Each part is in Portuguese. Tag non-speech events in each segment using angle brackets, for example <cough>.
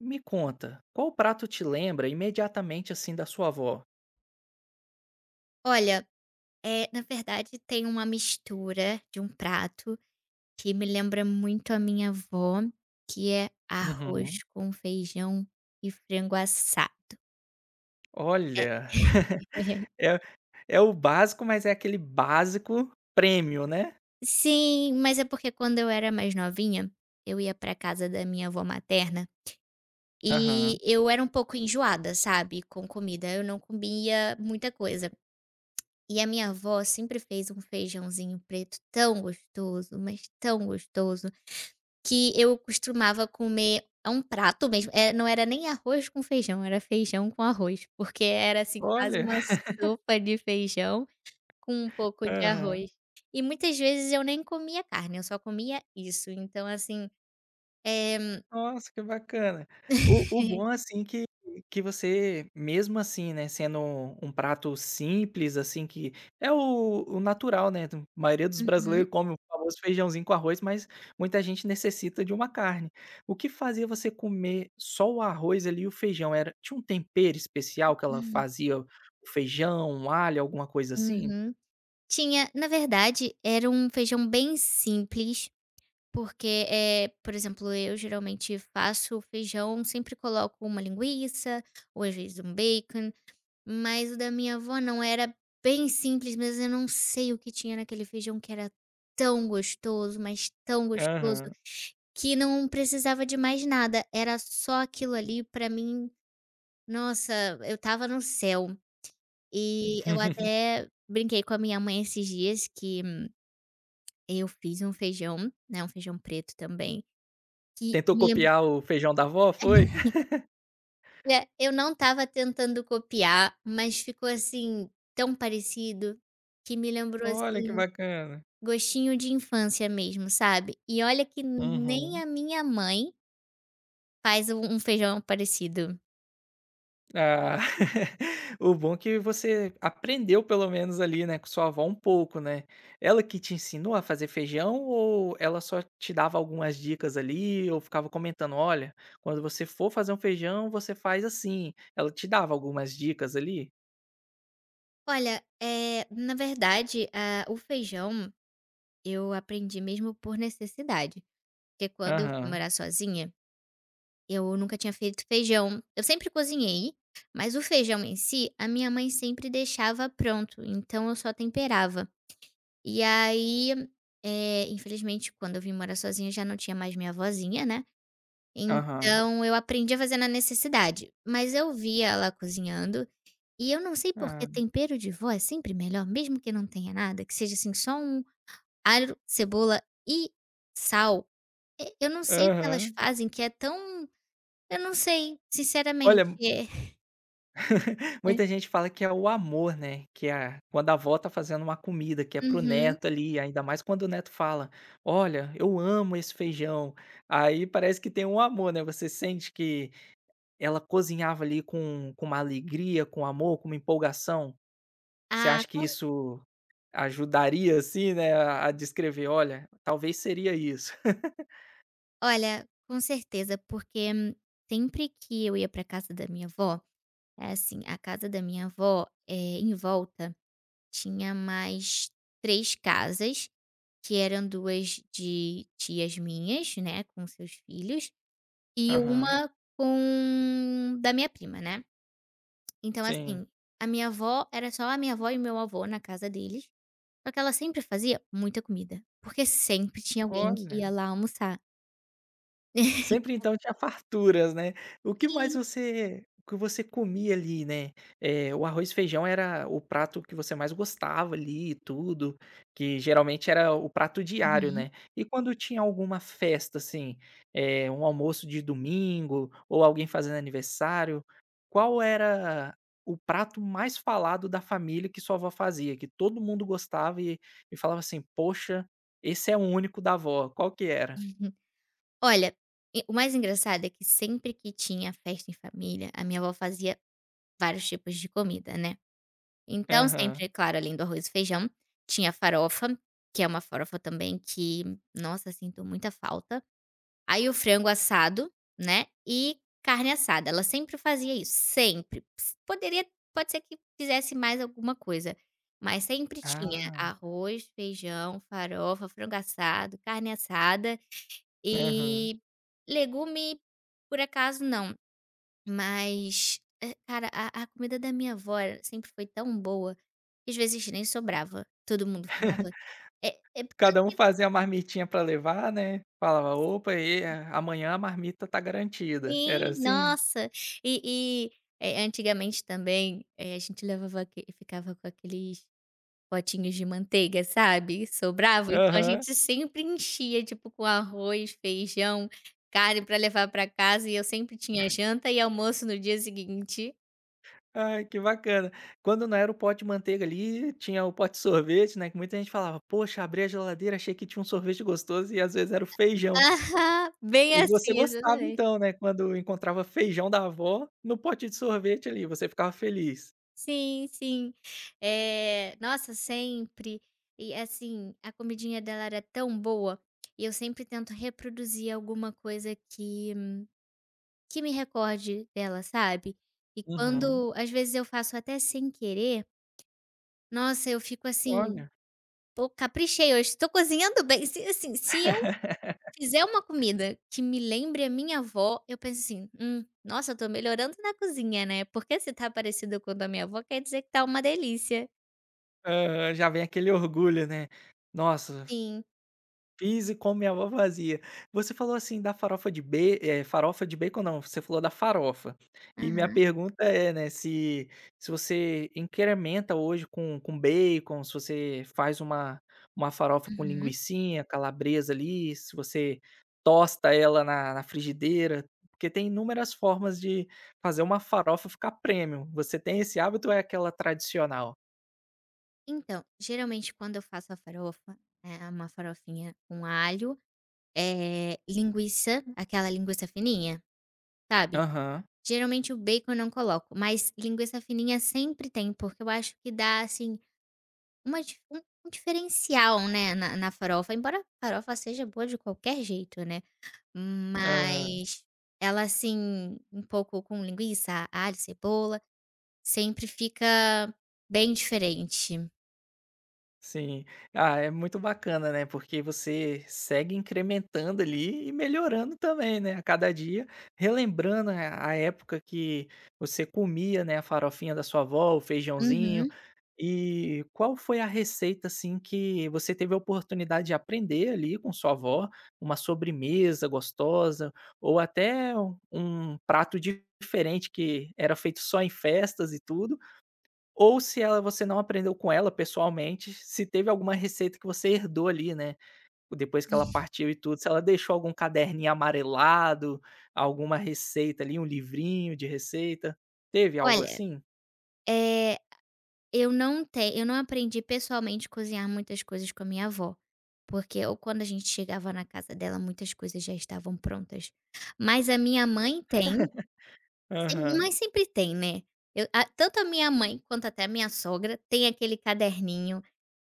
Me conta, qual prato te lembra imediatamente, assim, da sua avó? Olha, na verdade tem uma mistura de um prato que me lembra muito a minha avó, que é arroz Uhum. com feijão e frango assado. É. Olha, <laughs> é é o básico, mas é aquele básico prêmio, né? Sim, mas é porque quando eu era mais novinha, eu ia pra casa da minha avó materna, e Aham. eu era um pouco enjoada, sabe, com comida, eu não comia muita coisa. E a minha avó sempre fez um feijãozinho preto tão gostoso, mas tão gostoso. Que eu costumava comer é um prato mesmo, não era nem arroz com feijão, era feijão com arroz, porque era, assim, quase Olha. uma sopa de feijão com um pouco <laughs> de Aham. arroz. E muitas vezes eu nem comia carne, eu só comia isso, então assim, eh Nossa, que bacana. O <laughs> bom, assim, que você, mesmo assim, né, sendo um prato simples, assim, que é o natural, né, do maioria dos Uhum. brasileiros come o famoso feijãozinho com arroz, mas muita gente necessita de uma carne. O que fazia você comer só o arroz ali e o feijão? Era tinha um tempero especial que ela fazia o feijão, um alho, alguma coisa assim? Uhum. Tinha na verdade, era um feijão bem simples, porque, por exemplo, eu geralmente faço feijão, sempre coloco uma linguiça, ou às vezes um bacon. Mas o da minha avó não, era bem simples, mas eu não sei o que tinha naquele feijão que era tão gostoso, mas tão gostoso, Aham. que não precisava de mais nada, era só aquilo ali pra mim, nossa, eu tava no céu. E eu <laughs> até brinquei com a minha mãe esses dias que eu fiz um feijão, né, um feijão preto também, que Tentou me lembro. copiar o feijão da avó, foi? <laughs> <laughs> É, eu não tava tentando copiar, mas ficou assim tão parecido, que me lembrou Olha, que assim. bacana. Gostinho de infância mesmo, sabe. E olha que nem Uhum. a minha mãe faz um feijão parecido. Ah, <laughs> o bom é que você aprendeu pelo menos ali, né, com sua avó um pouco, né. Ela que te ensinou a fazer feijão ou ela só te dava algumas dicas ali ou ficava comentando: "Olha, quando você for fazer um feijão, você faz assim". Ela te dava algumas dicas ali? Olha, na verdade, ah, o feijão eu aprendi mesmo por necessidade, porque quando eu fui Aham, morar sozinha, eu nunca tinha feito feijão. Eu sempre cozinhei, mas o feijão em si, a minha mãe sempre deixava pronto, então eu só temperava. E aí, infelizmente quando eu vim morar sozinha já não tinha mais minha vozinha, né. aham. Então eu aprendi a fazer na necessidade, mas eu via ela cozinhando, e eu não sei porque Ah, tempero de vó é sempre melhor, mesmo que não tenha nada, que seja, assim, só um alho, cebola e sal. E eu não sei o que elas aham. fazem que é tão, eu não sei, sinceramente. Olha. É. Muita <laughs> gente fala que é o amor, né, que é a quando a avó tá fazendo uma comida, que é pro Uhum. neto ali, ainda mais quando o neto fala: "Olha, eu amo esse feijão". Aí parece que tem um amor, né, você sente que ela cozinhava ali com uma alegria, com amor, com uma empolgação. Você Ah, acha que com isso ajudaria, assim, né, a descrever: "Olha, talvez seria isso". <laughs> olha, com certeza, porque sempre que eu ia para casa da minha avó, é assim, a casa da minha avó, em volta tinha mais 3 casas que eram 2 de tias minhas, né, com seus filhos, e Aham, uma com da minha prima, né. Então, sim. assim, a minha avó era só a minha avó e meu avô na casa deles, só que ela sempre fazia muita comida, porque sempre tinha alguém que ia Olha. lá almoçar. Sempre então tinha farturas, né. O que mais Sim. você o que você comia ali, né, eh, o arroz e feijão era o prato que você mais gostava ali e tudo, que geralmente era o prato diário, Uhum. né. E quando tinha alguma festa, assim, eh, um almoço de domingo ou alguém fazendo aniversário, qual era o prato mais falado da família que sua avó fazia, que todo mundo gostava e falava assim: "Poxa, esse é o único da avó", qual que era? <laughs> Olha, e o mais engraçado é que sempre que tinha festa em família, a minha avó fazia vários tipos de comida, né. Então Aham. sempre, claro, além do arroz e feijão, tinha farofa, que é uma farofa também que, nossa, sinto muita falta. Aí o frango assado, né, e carne assada. Ela sempre fazia isso, sempre. Ps poderia Pode ser que fizesse mais alguma coisa, mas sempre tinha Ah. arroz, feijão, farofa, frango assado, carne assada Aham. e legume, por acaso, não. Mas, cara, a comida da minha avó era sempre foi tão boa. Às vezes nem sobrava, todo mundo falava: <laughs> "É é Cada um fazia a marmitinha para levar, né, falava: "Opa, e é, amanhã a marmita tá garantida". Era também, assim? nossa!" E, antigamente também, a gente levava aque ficava com aqueles potinhos de manteiga, sabe, sobrava, então a Aham. gente sempre enchia, tipo, com arroz, feijão, carne para levar para casa e eu sempre tinha janta e almoço no dia seguinte. Ai, que bacana. Quando não era o pote de manteiga ali, tinha o pote de sorvete, né, que muita gente falava: "Poxa, abri a geladeira, achei que tinha um sorvete gostoso", e às vezes era o feijão. Aham, bem E você assim, gostava exatamente. então, né, quando encontrava feijão da avó no pote de sorvete ali, você ficava feliz? Sim, sim. É, nossa, sempre. E assim, a comidinha dela era tão boa, e eu sempre tento reproduzir alguma coisa que me recorde dela, sabe. E Uhum. quando às vezes eu faço até sem querer, nossa, eu fico assim: Olha. "Pô, caprichei hoje, tô cozinhando bem". Se assim, se eu fizer uma comida que me lembre a minha avó, eu penso assim: nossa, eu tô melhorando na cozinha, né, porque se tá parecido com a da minha avó, quer dizer que tá uma delícia". Aham, já vem aquele orgulho, né. "Nossa, Sim. fiz e como minha avó fazia". Você falou assim da farofa de farofa de bacon não, você falou da farofa. E minha Aham, pergunta é, né, se se você incrementa hoje com bacon, se você faz uma farofa com uhum. linguicinha, calabresa ali, se você tosta ela na frigideira, porque tem inúmeras formas de fazer uma farofa ficar premium. Você tem esse hábito ou é aquela tradicional? Então, geralmente quando eu faço a farofa, é uma farofinha com alho, linguiça, aquela linguiça fininha, sabe. Aham, Geralmente o bacon eu não coloco, mas linguiça fininha sempre tem, porque eu acho que dá, assim, uma dif um um diferencial, né, na farofa, embora a farofa seja boa de qualquer jeito, né, aham. mas ela, assim, um pouco com linguiça, alho, cebola, sempre fica bem diferente. Sim. Ah, é muito bacana, né, porque você segue incrementando ali e melhorando também, né, a cada dia, relembrando a época que você comia, né, a farofinha da sua avó, o feijãozinho. Uhum. E qual foi a receita, assim, que você teve a oportunidade de aprender ali com sua avó, uma sobremesa gostosa ou até um prato diferente que era feito só em festas e tudo, ou se ela você não aprendeu com ela pessoalmente, se teve alguma receita que você herdou ali, né, depois que ela partiu e tudo, se ela deixou algum caderninho amarelado, alguma receita ali, um livrinho de receita. Teve algo Olha, assim? eh, eu não aprendi pessoalmente cozinhar muitas coisas com a minha avó, porque eu quando a gente chegava na casa dela muitas coisas já estavam prontas. Mas a minha mãe tem, sem Aham. mas sempre tem, né. Eu a Tanto a minha mãe quanto até a minha sogra tem aquele caderninho,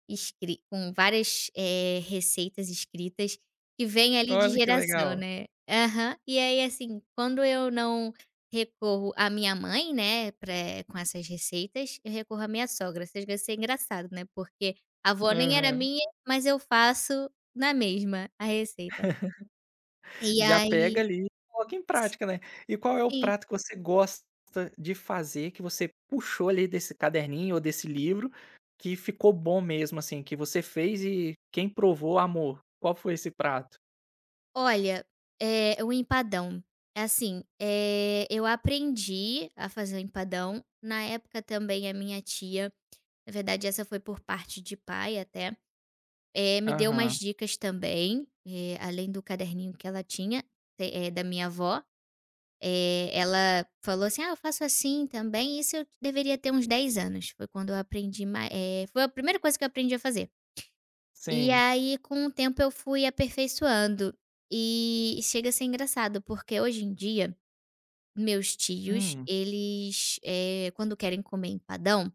Escri com várias, receitas escritas que vêm ali de Olha que geração, legal. né. Aham. E aí, assim, quando eu não recorro à minha mãe, né, pra com essas receitas, eu recorro à minha sogra. Chega a ser engraçado, né, porque a avó nem era Aham. minha, mas eu faço na mesma a receita. E Já pega aí ali e coloca em prática, né. E qual é o sim. prato que você gosta de fazer, que você puxou ali desse caderninho ou desse livro, que ficou bom mesmo, assim, que você fez e quem provou amor? Qual foi esse prato? Olha, o empadão. É assim, eu aprendi a fazer o empadão. Na época também a minha tia. Na verdade, essa foi por parte de pai até. Me deu umas Aham, dicas também, além do caderninho que ela tinha, da minha avó. Ela falou assim: "Ah, eu faço assim também", isso eu deveria ter uns 10 anos, foi quando eu aprendi, foi a primeira coisa que eu aprendi a fazer. E sim. aí, com o tempo, eu fui aperfeiçoando. E chega a ser engraçado, porque hoje em dia, meus tios, Hum, eles, quando querem comer empadão,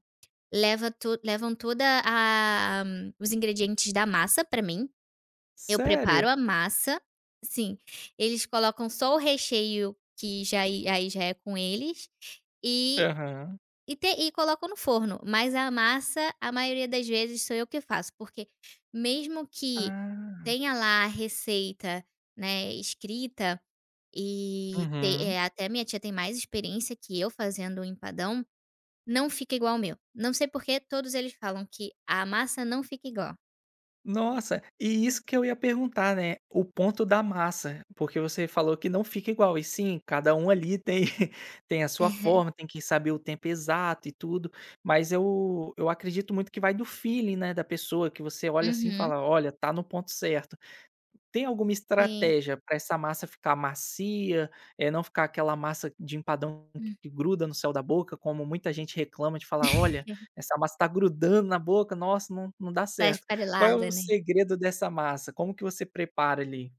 Levam toda a os ingredientes da massa pra mim, eu preparo sério? a massa, sim, eles colocam só o recheio que já aí já é com eles, e Aham. e te e colocam no forno, mas a massa, a maioria das vezes sou eu que faço, porque mesmo que Ah, tenha lá a receita, né, escrita uhum. até minha tia tem mais experiência que eu fazendo o empadão, não fica igual ao meu. Não sei por que todos eles falam que a massa não fica igual. Nossa, e isso que eu ia perguntar, né, o ponto da massa, porque você falou que não fica igual, e sim, cada um ali tem <laughs> tem a sua forma, <laughs> tem que saber o tempo exato e tudo, mas eu acredito muito que vai do feeling, né, da pessoa, que você olha assim e Uhum, fala: "Olha, tá no ponto certo". Tem alguma sim. estratégia para essa massa ficar macia, não ficar aquela massa de empadão Hum. que gruda no céu da boca, como muita gente reclama de falar: <laughs> "Olha, essa massa está grudando na boca, nossa, não dá Tá certo". Qual é o esfarelada, né. segredo dessa massa? Como que você prepara ali?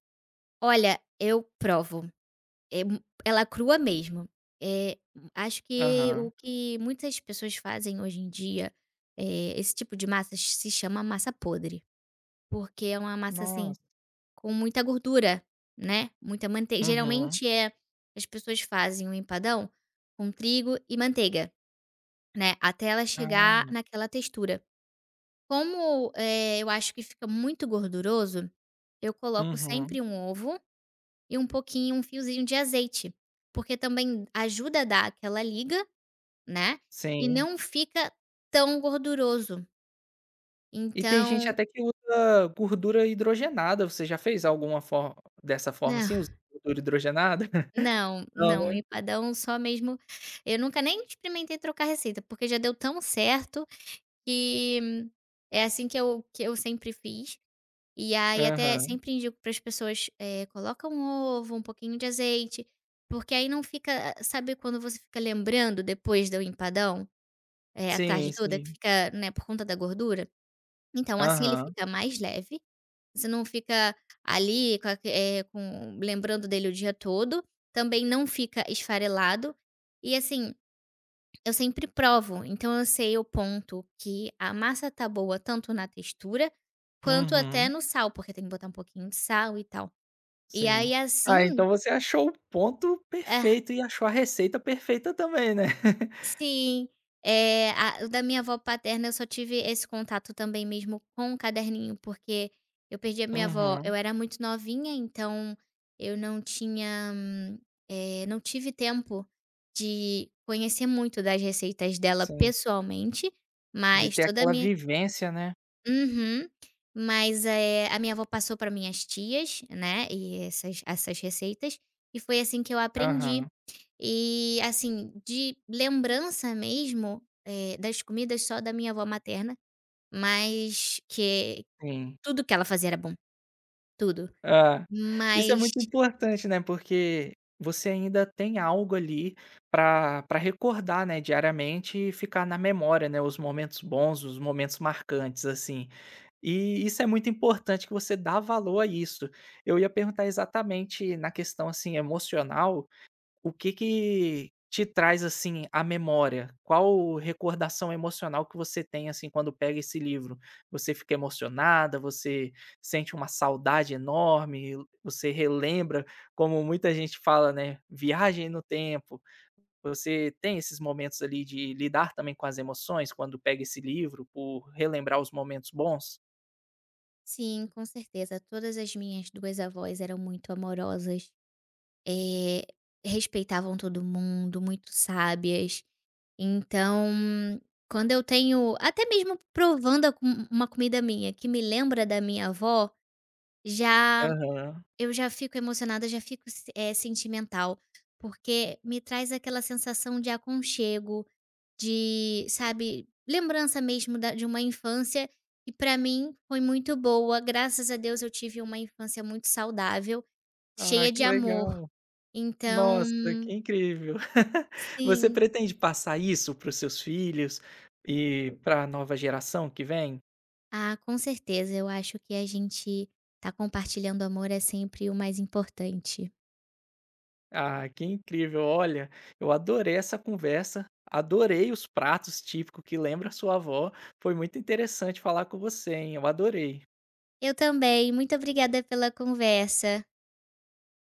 Olha, eu provo, eh, mu ela crua mesmo. Eh, acho que o Aham. que muitas pessoas fazem hoje em dia, esse tipo de massa se chama massa podre, porque é uma massa, assim, Nossa. com muita gordura, né, muita mante Uhum. geralmente, as pessoas fazem um empadão com trigo e manteiga. Né, até ela chegar Ah. naquela textura. Como, eu acho que fica muito gorduroso, eu coloco Uhum. sempre um ovo e um pouquinho, um fiozinho de azeite, porque também ajuda a dar aquela liga, né, e Sim. não fica tão gorduroso. E tem gente Então até que usa gordura hidrogenada, você já fez alguma forma dessa forma não, <laughs> assim, usando gordura hidrogenada? <laughs> não, Não, não, né? empadão só mesmo eu nunca nem experimentei trocar receita, porque já deu tão certo que é assim que eu sempre fiz. E aí até Aham. sempre indico para as pessoas, coloca um ovo, um pouquinho de azeite, porque aí não fica, ah, sabe quando você fica lembrando depois do empadão, a tarde Sim, toda que sim. fica, né, por conta da gordura? Então assim ele Aham. fica mais leve, você não fica ali com com lembrando dele o dia todo, também não fica esfarelado, e assim eu sempre provo, então eu sei o ponto que a massa tá boa tanto na textura, quanto até Uhum, no sal, porque tem que botar um pouquinho de sal e tal. E aí sim. Ah, assim, então você achou o ponto ah, perfeito e achou a receita perfeita também, né. <laughs> sim, eh, a o da minha avó paterna eu só tive esse contato também mesmo com o caderninho, porque eu perdi a minha avó, eu Uhum, era muito novinha, então eu não tinha, não tive tempo de conhecer muito das receitas dela sim. pessoalmente, De mas ter toda a aquela minha. vivência, né. Uhum. Mas, a minha avó passou para minhas tias, né, e essas receitas, e foi assim que eu aprendi. Aham, E, assim, de lembrança mesmo, das comidas só da minha avó materna, mas que sim. tudo que ela fazia era bom, tudo. Ah. Isso é Mas muito importante, né, porque você ainda tem algo ali para para recordar, né, diariamente e ficar na memória, né, os momentos bons, os momentos marcantes, assim. E isso é muito importante que você dá valor a isso. Eu ia perguntar exatamente na questão, assim, emocional. O que que te traz, assim, a memória? Qual recordação emocional que você tem, assim, quando pega esse livro? Você fica emocionada? Você sente uma saudade enorme? Você relembra, como muita gente fala, né, viagem no tempo? Você tem esses momentos ali de lidar também com as emoções quando pega esse livro, por relembrar os momentos bons? sim, com certeza, todas as minhas 2 avós eram muito amorosas. Eh, respeitavam todo mundo, muito sábias. Então, quando eu tenho até mesmo provando a co uma comida minha que me lembra da minha avó, já Aham. eu já fico emocionada, já fico se eh, sentimental, porque me traz aquela sensação de aconchego, de, sabe, lembrança mesmo da de uma infância que para mim foi muito boa. Graças a Deus eu tive uma infância muito saudável, Ah, cheia de que amor. legal. Então Nossa, que incrível. <laughs> Você sim. pretende passar isso para os seus filhos e para a nova geração que vem? Ah, com certeza, eu acho que a gente tá compartilhando amor é sempre o mais importante. Ah, que incrível. Olha, eu adorei essa conversa, adorei os pratos típicos que lembra a sua avó. Foi muito interessante falar com você, hein. Eu adorei. Eu também, muito obrigada pela conversa.